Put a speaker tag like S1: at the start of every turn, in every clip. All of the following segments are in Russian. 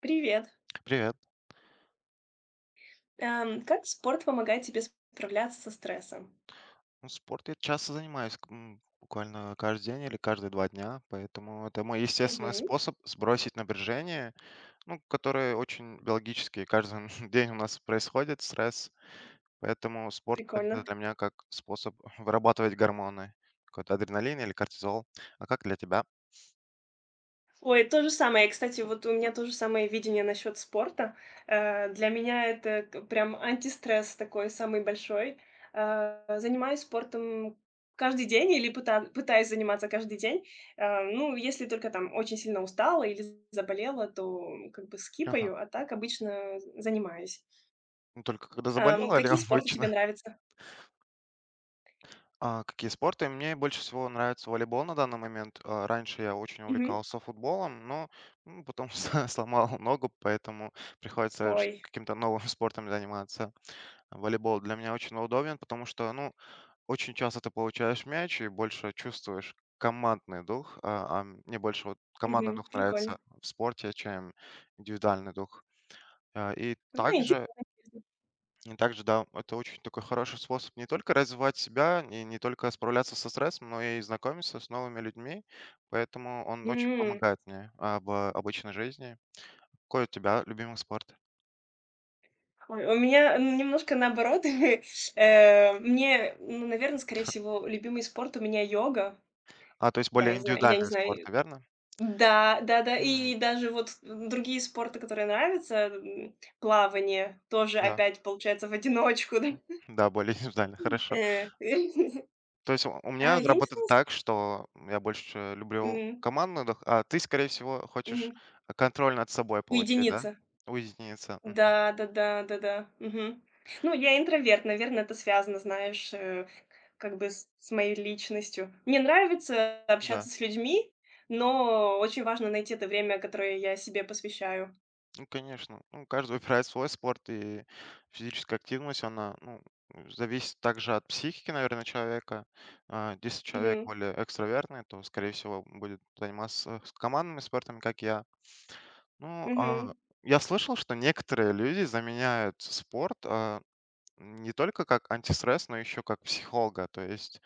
S1: Привет.
S2: Привет.
S1: Как спорт помогает тебе справляться со стрессом?
S2: Ну, спорт я часто занимаюсь, буквально каждый день или каждые 2 дня, поэтому это мой естественный
S1: Мгм.
S2: способ сбросить напряжение, ну, которое очень биологически каждый день у нас происходит, стресс. Поэтому спорт это
S1: Прикольно.
S2: для меня как способ вырабатывать гормоны, какой-то адреналин или кортизол. А как для тебя?
S1: Ой, то же самое. Кстати, вот у меня то же самое видение насчет спорта. Для меня это прям антистресс такой самый большой. Занимаюсь спортом каждый день или пытаюсь заниматься каждый день. Ну, если только там очень сильно устала или заболела, то как бы
S2: Ага.
S1: скипаю, а так обычно занимаюсь.
S2: Ну, только когда заболела или
S1: Какие спорты тебе
S2: обычно?
S1: нравятся?
S2: А, какие спорты? Мне больше всего нравится волейбол на данный момент. Раньше я очень
S1: Мгм.
S2: увлекался футболом, но потом сломал ногу, поэтому приходится
S1: Ой,
S2: каким-то новым спортом заниматься. Волейбол для меня очень удобен, потому что, ну, очень часто ты получаешь мяч и больше чувствуешь командный дух. А мне больше вот командный
S1: мгм,
S2: дух
S1: прикольно.
S2: нравится в спорте, чем индивидуальный дух. А, И
S1: Знаете,
S2: также и также, да, это очень такой хороший способ не только развивать себя, и не только справляться со стрессом, но и знакомиться с новыми людьми. Поэтому он очень
S1: м,
S2: помогает мне в обычной жизни. Какой у тебя любимый спорт?
S1: ой, у меня немножко наоборот. Мне, ну, наверное, скорее всего, любимый спорт у меня йога.
S2: А, то есть
S1: Да,
S2: более
S1: я знаю, я не
S2: индивидуальный спорт,
S1: знаю.
S2: верно?
S1: Да, да-да,
S2: М,
S1: и даже вот другие спорты, которые нравятся, плавание тоже
S2: Да,
S1: опять получается в одиночку, да.
S2: да, более индивидуально, хорошо.
S1: Э,
S2: То есть у меня
S1: я не
S2: работает
S1: знаю, с
S2: так, что я больше люблю
S1: мгм,
S2: командную, дох- а ты, скорее всего, хочешь
S1: мгм.
S2: контроль над собой получить, да?
S1: Уединиться.
S2: Уединиться. Мгм.
S1: Да, да-да, да-да. Мгм. Ну, я интроверт, наверное, это связано, знаешь, как бы с моей личностью. Мне нравится
S2: Да.
S1: общаться с людьми, но очень важно найти это время, которое я себе посвящаю.
S2: Ну, конечно. Ну, каждый выбирает свой спорт, и физическая активность, она, ну, зависит также от психики, наверное, человека. Если человек
S1: Мгм.
S2: более экстравертный, то, скорее всего, будет заниматься с командными спортами, как я. Ну, а
S1: Мгм.
S2: я слышал, что некоторые люди заменяют спорт не только как антистресс, но еще как психолога. То есть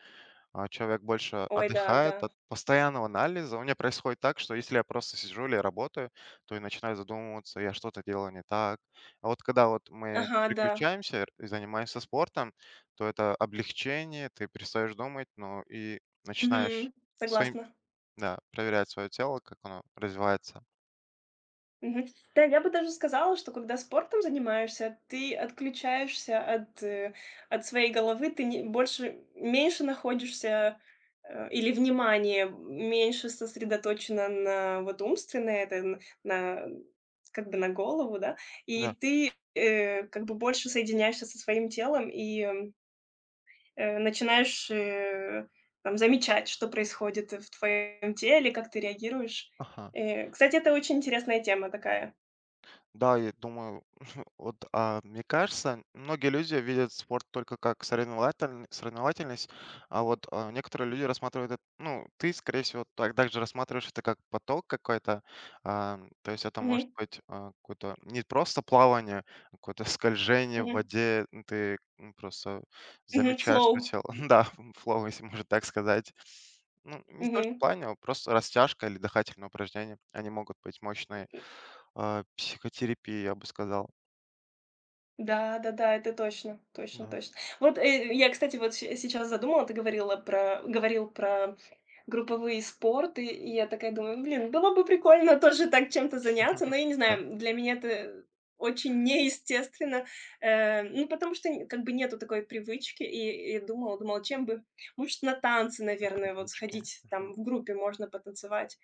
S2: человек больше
S1: Ой, да, да.
S2: отдыхает от постоянного анализа. У меня происходит так, что если я просто сижу или работаю, то я начинаю задумываться, я что-то делаю не так. А вот когда вот мы
S1: Ага, да.
S2: переключаемся и занимаемся спортом, то это облегчение, ты перестаешь думать, ну и начинаешь
S1: Мгм.
S2: своим,
S1: Согласна.
S2: да, проверять свое тело, как оно развивается.
S1: Мгм. Да, я бы даже сказала, что когда спортом занимаешься, ты отключаешься от своей головы, ты не, больше, меньше находишься или внимание меньше сосредоточено на вот умственное, это на, как бы на голову, да, и
S2: Да.
S1: ты как бы больше соединяешься со своим телом и начинаешь там, замечать, что происходит в твоем теле, как ты реагируешь.
S2: Ага.
S1: Кстати, это очень интересная тема такая.
S2: Да, я думаю, вот, мне кажется, многие люди видят спорт только как соревновательность, а вот, некоторые люди рассматривают эт ну, ты, скорее всего, так также рассматриваешь это как поток какой-то. То есть это может
S1: Мгм,
S2: быть, какое-то не просто плавание, а какое-то скольжение в
S1: мгм,
S2: воде. Ну, ты, просто
S1: мгм,
S2: замечаешь своё
S1: flow.
S2: тело. Да, флоу, если можно так сказать. Ну, не только
S1: Мгм.
S2: плавание, а вот просто растяжка или дыхательные упражнения, они могут быть мощные. Психотерапия, я бы сказал.
S1: Да-да-да, это точно, точно,
S2: Да,
S1: точно. Вот, я, кстати, вот се сейчас задумала, ты говорил про групповые спорты, и я такая думаю: "Блин, было бы прикольно тоже так чем-то заняться". Но я не
S2: да,
S1: знаю, для меня это очень неестественно, ну, потому что н как бы нету такой привычки. И думала, чем бы может, на танцы, наверное, вот
S2: привычки.
S1: сходить, там
S2: Мгм.
S1: в группе можно потанцевать,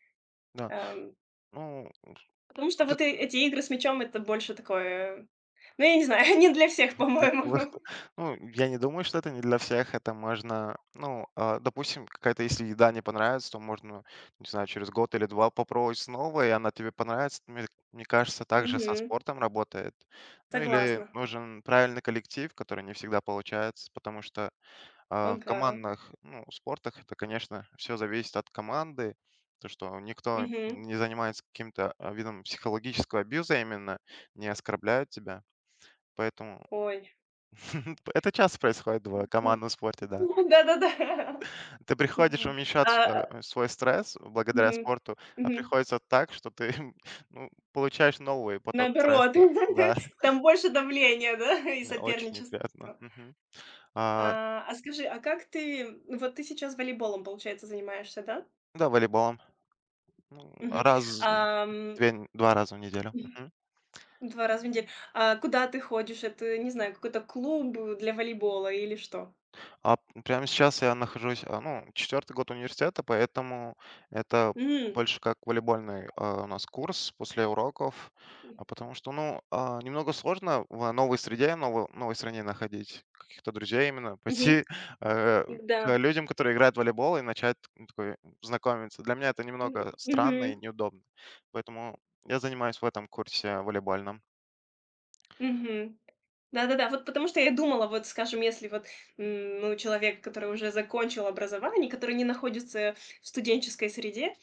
S2: Да.
S1: эм.
S2: Ну,
S1: Потому что
S2: это
S1: вот эти игры с мячом- это больше такое, ну, я не знаю, не для всех,
S2: не
S1: по-моему.
S2: привычка. Ну, я не думаю, что это не для всех. Это можно, ну, допустим, какая-то, если еда не понравится, то можно, не знаю, через год или два попробовать снова, и она тебе понравится. Мне кажется, также со
S1: Мгм.
S2: спортом работает. Ну, или
S1: Согласна.
S2: нужен правильный коллектив, который не всегда получается, потому что в
S1: Ага.
S2: командных, ну, спортах это, конечно, все зависит от команды. То, что никто
S1: Мгм.
S2: не занимается каким-то, видом психологического абьюза именно, не оскорбляют тебя. Поэтому
S1: Ой.
S2: это часто происходит в
S1: М.
S2: командном спорте, да.
S1: Да-да-да.
S2: Ты приходишь
S1: Мгм. А,
S2: уменьшать,
S1: а,
S2: свой стресс благодаря
S1: Мгм.
S2: спорту, а
S1: Мгм.
S2: приходится так, что ты, ну, получаешь новый поток
S1: Наоборот,
S2: стресса. Да,
S1: там больше давления, да, и
S2: очень
S1: соперничества.
S2: неприятно. Мгм. А,
S1: Скажи, а как ты, ну, вот ты сейчас волейболом, получается, занимаешься, да?
S2: да, волейболом, ну,
S1: Мгм. Ам.
S2: 2 2 раза в неделю.
S1: 2 раза в неделю. А куда ты ходишь? Это, не знаю, какой-то клуб, для волейбола или что?
S2: Прямо сейчас я нахожусь, ну, четвертый год университета, поэтому это
S1: М.
S2: больше как волейбольный у нас курс после уроков, а потому что, ну, немного сложно в новой среде, новой стране находить каких-то друзей именно,
S1: Мгм.
S2: пойти э,
S1: Да.
S2: к людям, которые играют в волейбол, и начать ну, такой, знакомиться. Для меня это
S1: М.
S2: немного странно и
S1: Мгм.
S2: неудобно, поэтому я занимаюсь в этом курсе волейбольном.
S1: Мгм. Да-да-да. Вот потому что я думала, вот, скажем, если вот, ну, человек, который уже закончил образование, который не находится в студенческой среде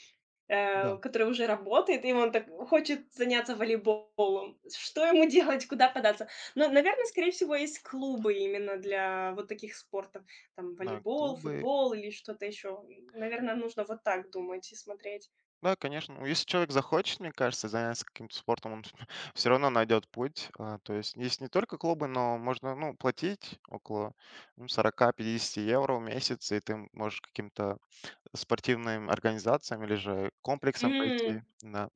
S2: Да,
S1: э, который уже работает, и он так хочет заняться волейболом. Что ему делать, куда податься? Ну, наверное, скорее всего, есть клубы именно для вот таких спортов. Там
S2: на
S1: волейбол,
S2: клубы.
S1: футбол или что-то еще. Наверное, нужно вот так думать и смотреть.
S2: Да, конечно. Ну, если человек захочет, мне кажется, заняться каким-то спортом, он все равно найдет путь. То есть есть не только клубы, но можно ну, платить около ну, 40-50 евро в месяц, и ты можешь каким-то спортивным организациям или же комплексом
S1: М,
S2: пойти. Да.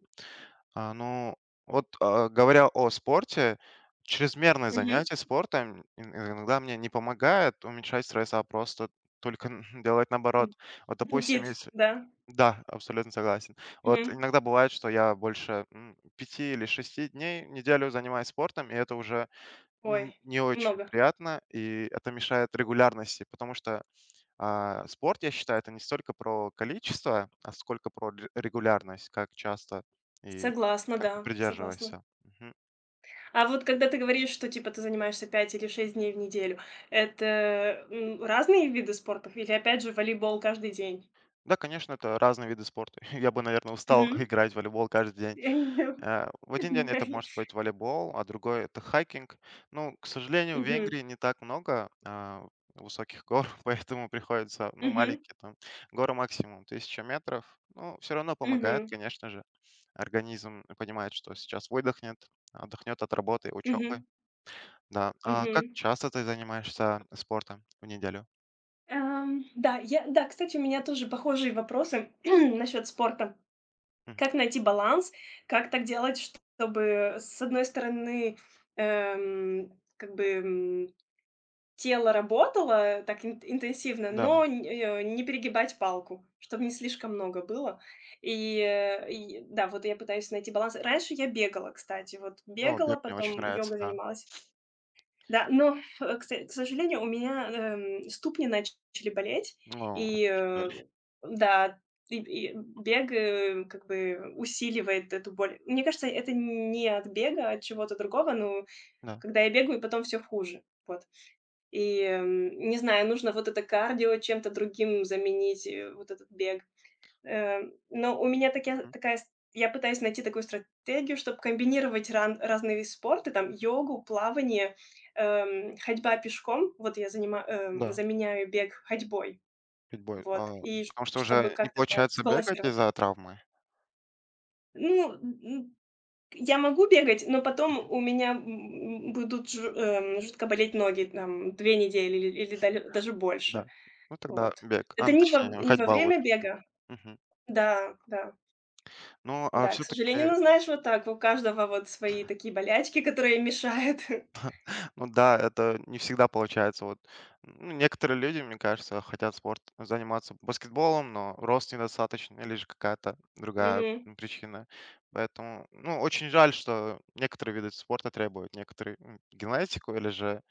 S2: Ну, говоря о спорте, чрезмерное
S1: мгм.
S2: занятие спортом иногда мне не помогает уменьшать стресс, а просто только делать наоборот.
S1: М,
S2: Вот, допустим,
S1: Бдит,
S2: есть
S1: да.
S2: да, абсолютно согласен. Вот
S1: Мгм.
S2: иногда бывает, что я больше 5 или 6 дней в неделю занимаюсь спортом, и это уже
S1: Ой,
S2: не очень
S1: много.
S2: приятно, и это мешает регулярности, потому что спорт, я считаю, это не столько про количество, а сколько про регулярность, как часто и
S1: Согласна,
S2: как ты
S1: да, согласна.
S2: придерживаешься. Мгм.
S1: А вот когда ты говоришь, что типа ты занимаешься 5 или 6 дней в неделю, это, разные виды спортов или опять же волейбол каждый день?
S2: Да, конечно, это разные виды спорта. Я бы, наверное, устал
S1: Мгм.
S2: играть в волейбол каждый день. Э, в один день это может быть волейбол, а другой это хайкинг. Ну, к сожалению, в
S1: Мгм. Мгм.
S2: Венгрии не так много высоких гор, поэтому приходится, ну, маленькие там горы максимум, 1000 метров. Ну, все равно помогает,
S1: Мгм.
S2: конечно же. Организм понимает, что сейчас выдохнет, отдохнет от работы, учебы.
S1: Мгм.
S2: Да. А как
S1: Мгм.
S2: часто ты занимаешься спортом в неделю?
S1: Да, я да, кстати, у меня тоже похожие вопросы насчет спорта.
S2: Мгм.
S1: Как найти баланс? Как так делать, чтобы, с одной стороны, как бы, тело работало так ин интенсивно, но
S2: Да.
S1: не перегибать палку, чтобы не слишком много было. И да, вот я пытаюсь найти баланс. Раньше я бегала, кстати, вот
S2: Ну,
S1: бегала,
S2: бег мне очень
S1: потом
S2: нравится,
S1: йогой
S2: да.
S1: занималась. Да, но, к са к сожалению, у меня, ступни начали болеть,
S2: Ну,
S1: и,
S2: это же жаль.
S1: да, и бег, как бы усиливает эту боль. Мне кажется, это не от бега, а от чего-то другого, но
S2: Да.
S1: когда я бегаю, потом все хуже. Вот. И, не знаю, нужно вот это кардио чем-то другим заменить, вот этот бег. Э, но у меня такая
S2: М.
S1: такая с я пытаюсь найти такую стратегию, чтобы комбинировать ран разные виды спорта, там йогу, плавание, ходьба пешком. Вот я занима
S2: Да.
S1: заменяю бег ходьбой,
S2: Питбуль.
S1: вот, и ш
S2: Потому что
S1: чтобы
S2: уже не
S1: как-то так
S2: получается бегать
S1: сбалансировать.
S2: из-за травмы?
S1: Ну, я могу бегать, но потом у меня, будут жу жутко болеть ноги, там 2 недели или даль даже
S2: Да.
S1: больше.
S2: Ну, тогда
S1: Вот.
S2: бег,
S1: Это
S2: ну,
S1: не во
S2: точнее,
S1: не во
S2: ходьба
S1: время
S2: лучше.
S1: бега.
S2: Мгм.
S1: Да, да,
S2: Ну, а
S1: да, к
S2: все
S1: сожалению.
S2: таки
S1: Ну, знаешь, вот так, у каждого вот свои такие болячки, которые мешают.
S2: ну да, это не всегда получается. Вот, ну, некоторые люди, мне кажется, хотят спорт заниматься баскетболом, но рост недостаточный или же какая-то другая,
S1: Мгм,
S2: причина. Поэтому, ну, очень жаль, что некоторые виды спорта требуют некоторые, генетику или же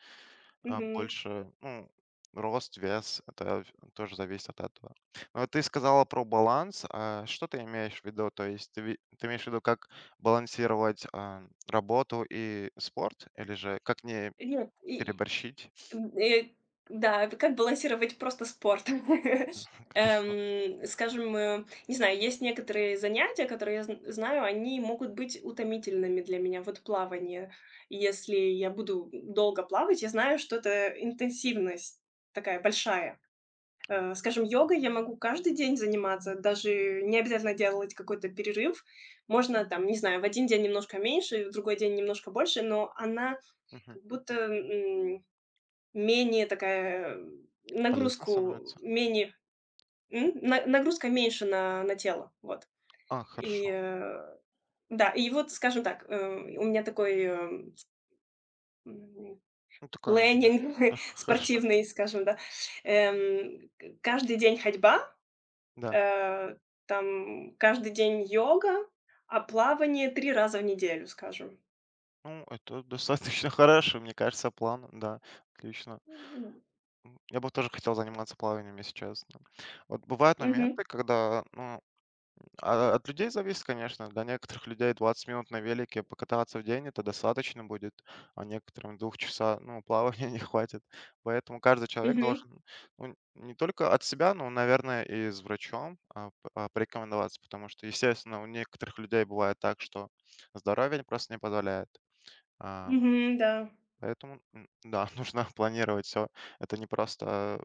S1: мгм.
S2: Больше, ну, рост, вес- это в тоже зависит от этого. Но вот ты сказала про баланс. А что ты имеешь в виду? То есть ты имеешь в виду, как балансировать, работу и спорт или же как не
S1: Нет, и,
S2: переборщить?
S1: м, э, да, это как балансировать просто спорт. Скажем, не знаю, есть некоторые занятия, которые я зн знаю, они могут быть утомительными для меня. Вот плавание. Если я буду долго плавать, я знаю, что это интенсивность такая большая.
S2: Хорошо.
S1: Скажем, йогой я могу каждый день заниматься, даже не обязательно делать какой-то перерыв. Можно там, не знаю, в один день немножко меньше, в другой день немножко больше, но она
S2: Мгм.
S1: как будто, менее такая,
S2: Полезно
S1: нагрузку
S2: становится?
S1: менее м? На нагрузка меньше на тело, вот. И,
S2: Хорошо.
S1: да, и вот, скажем так, у меня такой, м,
S2: Ну, такое мнение.
S1: плэнинг
S2: Хорошо,
S1: спортивный, скажем, да. К Каждый день ходьба.
S2: да.
S1: Э, там каждый день йога, а плавание 3 раза в неделю, скажем.
S2: Ну, это достаточно хороший, мне кажется, план, да, отлично.
S1: М.
S2: Я бы тоже хотел заниматься плаванием, если честно. Вот бывают
S1: Мгм.
S2: моменты, когда, ну, от людей зависит, конечно. Для некоторых людей 20 минут на велике покататься в день это достаточно будет, а некоторым 2 часа, ну, плавания не хватит. Поэтому каждый человек
S1: Мгм.
S2: должен, ну, не только от себя, но, наверное, и с врачом, порекомендоваться, потому что, естественно, у некоторых людей бывает так, что здоровье просто не позволяет. А,
S1: Мгм. Да.
S2: поэтому, да, нужно планировать все. Это не просто,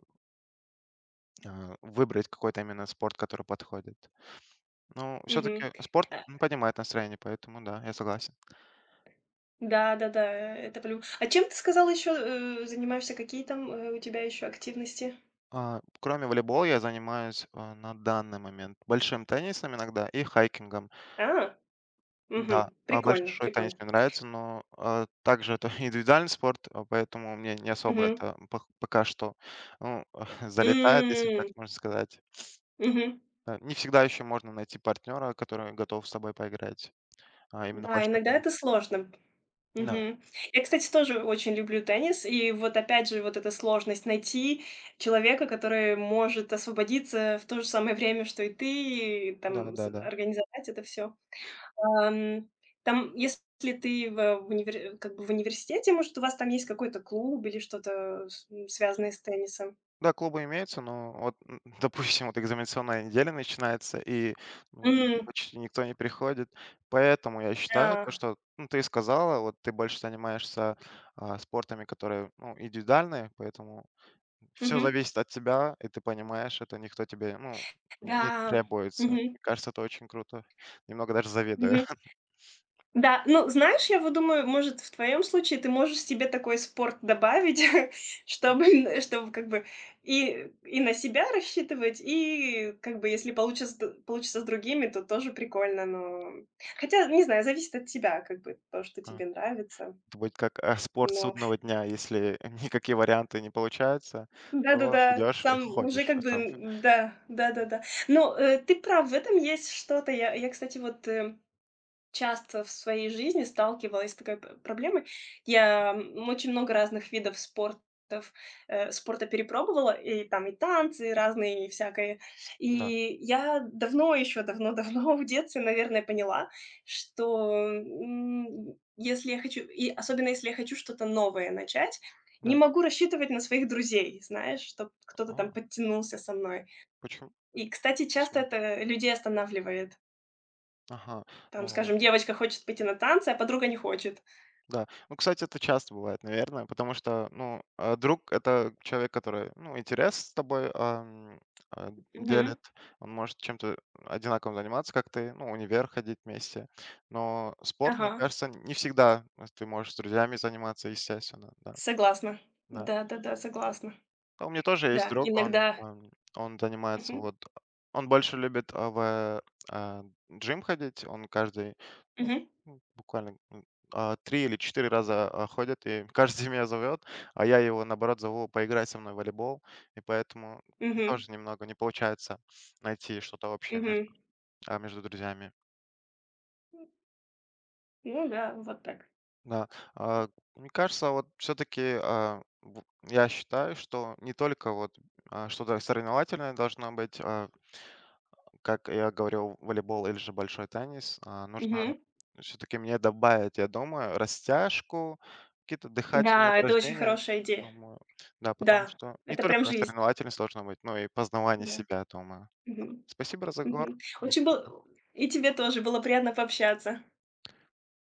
S2: выбрать какой-то именно спорт, который подходит. Ну,
S1: Мгм.
S2: все-таки спорт,
S1: Э,
S2: поднимает настроение, поэтому да, я согласен.
S1: да-да-да, это плю А чем ты сказала еще, занимаешься? Какие там, у тебя еще активности?
S2: Кроме волейбола я занимаюсь, на данный момент большим теннисом иногда и хайкингом.
S1: А,
S2: Да,
S1: Мгм. Прикольно,
S2: большой теннис
S1: прикольно.
S2: мне нравится, но, также это индивидуальный спорт, поэтому мне не особо
S1: Мгм.
S2: это пох пока что, ну, залетает, если так
S1: М.
S2: можно сказать.
S1: Мгм.
S2: Не всегда еще можно найти партнера, который готов с тобой поиграть, именно
S1: Да,
S2: большой
S1: иногда это
S2: теннис.
S1: сложно.
S2: Да,
S1: Мгм. Я, кстати, тоже очень люблю теннис. И вот опять же вот эта сложность найти человека, который может освободиться в то же самое время, что и ты, и там с
S2: да-да-да.
S1: организовать это все. Ам, там, если ты в универ как бы в университете, может, у вас там есть какой-то клуб или что-то связанное с теннисом?
S2: Да, клубы имеются, но вот, допустим, вот экзаменационная неделя начинается, и ну,
S1: М,
S2: почти никто не приходит. Поэтому я считаю, то,
S1: да.
S2: что ну, ты сказала, вот ты больше занимаешься спортами, которые ну, индивидуальные, поэтому все
S1: Мгм.
S2: зависит от тебя, и ты понимаешь, это никто тебе ну, не
S1: Да.
S2: требуется.
S1: Мгм.
S2: Мне кажется, это очень круто. Немного даже завидую.
S1: Мгм. Да, ну, знаешь, я вот думаю, может, в твоем случае ты можешь себе такой спорт добавить, чтобы, н чтобы как бы и на себя рассчитывать, и как бы если получится д получится с другими, то тоже прикольно, но хотя, не знаю, зависит от тебя, как бы то, что
S2: А,
S1: тебе нравится.
S2: это будет как спорт
S1: Но
S2: судного дня, если никакие варианты не получаются, то
S1: да-да-да,
S2: идешь и
S1: сам уже
S2: ходишь.
S1: как бы,
S2: Это,
S1: да, да-да-да. Но, ты прав, в этом есть что-то. Я, кстати, вот, часто в своей жизни сталкивалась с такой п проблемой. Я, очень много разных видов спорта перепробовала, и там и танцы, и разные, и всякое.
S2: да.
S1: И я давно, еще давно-давно в детстве, наверное, поняла, что, если я хочу, и особенно если я хочу что-то новое начать, не
S2: Да.
S1: могу рассчитывать на своих друзей, знаешь, чтобы кто-то
S2: А,
S1: там подтянулся со мной.
S2: почему?
S1: И, кстати,
S2: Не
S1: часто
S2: сможет.
S1: это людей останавливает.
S2: Ага,
S1: Там,
S2: ну
S1: скажем, девочка хочет пойти на танцы, а подруга не хочет.
S2: да. Ну, кстати, это часто бывает, наверное, потому что, ну, друг— это человек, который, ну, интерес с тобой а,
S1: Мгм.
S2: делит, он может чем-то одинаковым заниматься, как ты, ну, универ ходить вместе. Но спорт, мне
S1: Ага.
S2: кажется, не всегда ты можешь с друзьями заниматься, естественно, да,
S1: Согласна.
S2: да.
S1: Да-да-да, согласна.
S2: А у меня тоже есть
S1: Да,
S2: друг, он
S1: иногда.
S2: он он занимается
S1: Мгм.
S2: вот он больше любит, а, джим ходить. Он каждый, ну,
S1: Мгм.
S2: буквально, 3 или 4 раза, ходит, и каждый меня зовет, а я его, наоборот, зову поиграть со мной в волейбол. И поэтому
S1: Мгм.
S2: тоже немного не получается найти что-то общее
S1: Мгм.
S2: между, между друзьями.
S1: Ну да, вот так.
S2: Да, а, мне кажется, вот все таки я считаю, что не только вот, что-то соревновательное должно быть, как я говорил, волейбол или же большой теннис, нужно
S1: Мгм.
S2: все-таки мне добавить, я думаю, растяжку, какие-то дыхательные
S1: Да, это очень
S2: упражнения,
S1: хорошая идея.
S2: думаю. Да, потому
S1: Да,
S2: что не
S1: это прям
S2: только
S1: жизнь.
S2: соревновательность должна быть, но и познавание
S1: Да.
S2: себя, думаю.
S1: Мгм.
S2: Спасибо за разговор.
S1: Мгм.
S2: Был
S1: Очень был и тебе тоже было приятно пообщаться.